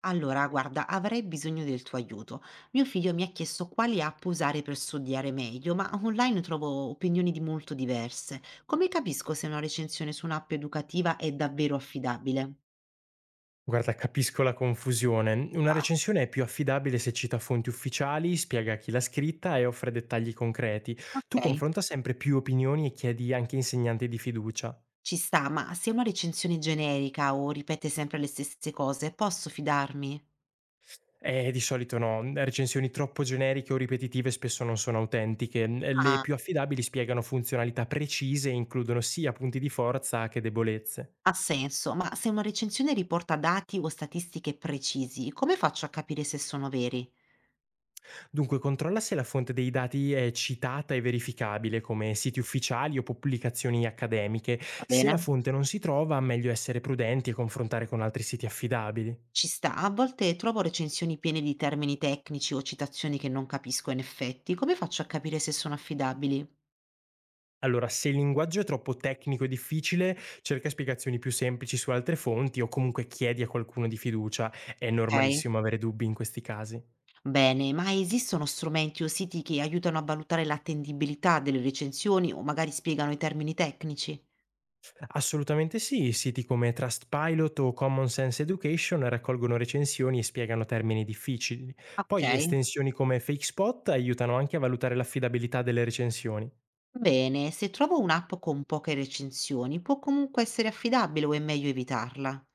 Allora, guarda, avrei bisogno del tuo aiuto. Mio figlio mi ha chiesto quali app usare per studiare meglio, ma online trovo opinioni di molto diverse. Come capisco se una recensione su un'app educativa è davvero affidabile? Guarda, capisco la confusione. Una Ah, recensione è più affidabile se cita fonti ufficiali, spiega chi l'ha scritta e offre dettagli concreti. Tu ok, confronta sempre più opinioni e chiedi anche insegnanti di fiducia. ci sta, ma se è una recensione generica o ripete sempre le stesse cose, posso fidarmi? Di solito no, recensioni troppo generiche o ripetitive spesso non sono autentiche. Le Ah, più affidabili spiegano funzionalità precise e includono sia punti di forza che debolezze. ha senso, ma se una recensione riporta dati o statistiche precisi, come faccio a capire se sono veri? Dunque, controlla se la fonte dei dati è citata e verificabile, come siti ufficiali o pubblicazioni accademiche. Va Se bene. la fonte non si trova, meglio essere prudenti e confrontare con altri siti affidabili. Ci sta. A volte trovo recensioni piene di termini tecnici o citazioni che non capisco in effetti. Come faccio a capire se sono affidabili? Allora, se il linguaggio è troppo tecnico e difficile, cerca spiegazioni più semplici su altre fonti o comunque chiedi a qualcuno di fiducia. È Okay. normalissimo avere dubbi in questi casi. Bene, ma esistono strumenti o siti che aiutano a valutare l'attendibilità delle recensioni o magari spiegano i termini tecnici? Assolutamente sì, siti come Trustpilot o Common Sense Education raccolgono recensioni e spiegano termini difficili. Poi Okay. estensioni come FakeSpot aiutano anche a valutare l'affidabilità delle recensioni. Bene, se trovo un'app con poche recensioni, può comunque essere affidabile o è meglio evitarla?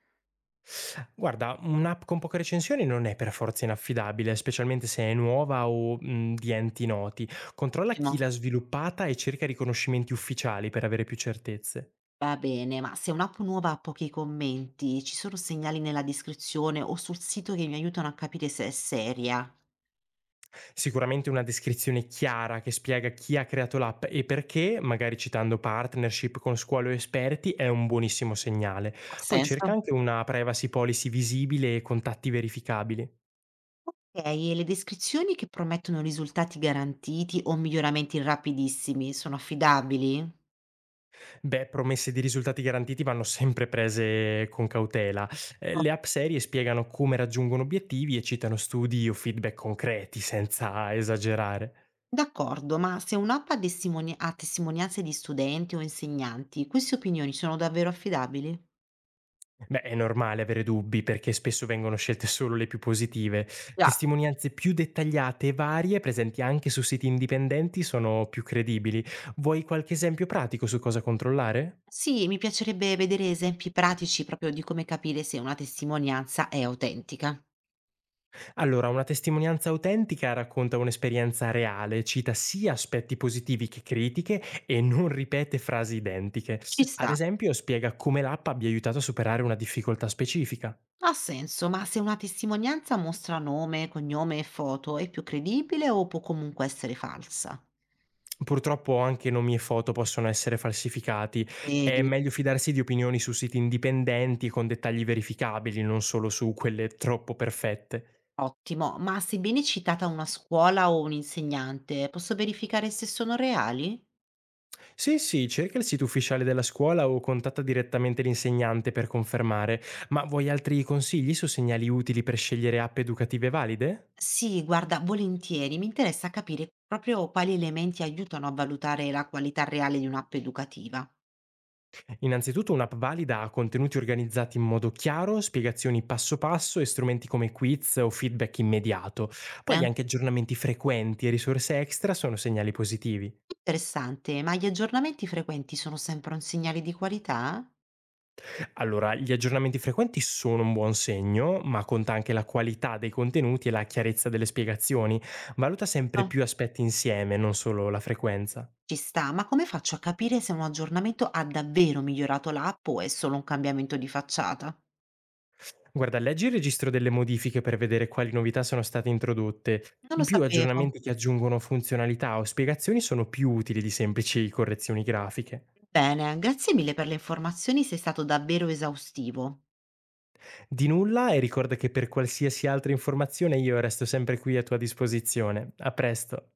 Guarda, un'app con poche recensioni non è per forza inaffidabile, specialmente se è nuova o di enti noti. Controlla chi Ottimo. l'ha sviluppata e cerca riconoscimenti ufficiali per avere più certezze. Va bene, ma se un'app nuova ha pochi commenti, ci sono segnali nella descrizione o sul sito che mi aiutano a capire se è seria? Sicuramente una descrizione chiara che spiega chi ha creato l'app e perché, magari citando partnership con scuole o esperti, è un buonissimo segnale. Ha Poi cerca senso. anche una privacy policy visibile e contatti verificabili. Okay, e le descrizioni che promettono risultati garantiti o miglioramenti rapidissimi sono affidabili? Beh, promesse di risultati garantiti vanno sempre prese con cautela. O Le app serie spiegano come raggiungono obiettivi e citano studi o feedback concreti, senza esagerare. d'accordo, ma se un'app ha testimonianze di studenti o insegnanti, queste opinioni sono davvero affidabili? Beh, è normale avere dubbi perché spesso vengono scelte solo le più positive. Già. Testimonianze più dettagliate e varie, presenti anche su siti indipendenti, sono più credibili. Vuoi qualche esempio pratico su cosa controllare? Sì, mi piacerebbe vedere esempi pratici proprio di come capire se una testimonianza è autentica. Allora, una testimonianza autentica racconta un'esperienza reale, cita sia aspetti positivi che critiche e non ripete frasi identiche. Ci Ad sta, esempio, spiega come l'app abbia aiutato a superare una difficoltà specifica. ha senso, ma se una testimonianza mostra nome, cognome e foto, è più credibile o può comunque essere falsa? Purtroppo anche nomi e foto possono essere falsificati. È Vedi. meglio fidarsi di opinioni su siti indipendenti con dettagli verificabili, non solo su quelle troppo perfette. Ottimo, ma sebbene citata una scuola o un insegnante, posso verificare se sono reali? Sì, sì, cerca il sito ufficiale della scuola o contatta direttamente l'insegnante per confermare. Ma vuoi altri consigli su segnali utili per scegliere app educative valide? Sì, guarda, volentieri, mi interessa capire proprio quali elementi aiutano a valutare la qualità reale di un'app educativa. Innanzitutto un'app valida ha contenuti organizzati in modo chiaro, spiegazioni passo passo e strumenti come quiz o feedback immediato. Eh? Poi anche aggiornamenti frequenti e risorse extra sono segnali positivi. Interessante, ma gli aggiornamenti frequenti sono sempre un segnale di qualità? Allora, gli aggiornamenti frequenti sono un buon segno, ma conta anche la qualità dei contenuti e la chiarezza delle spiegazioni. Valuta sempre No, più aspetti insieme, non solo la frequenza. ci sta, ma come faccio a capire se un aggiornamento ha davvero migliorato l'app o è solo un cambiamento di facciata? Guarda, leggi il registro delle modifiche per vedere quali novità sono state introdotte. Non In lo più, sapevo. aggiornamenti che aggiungono funzionalità o spiegazioni sono più utili di semplici correzioni grafiche. Bene, grazie mille per le informazioni, sei stato davvero esaustivo. Di nulla e ricorda che per qualsiasi altra informazione io resto sempre qui a tua disposizione. A presto.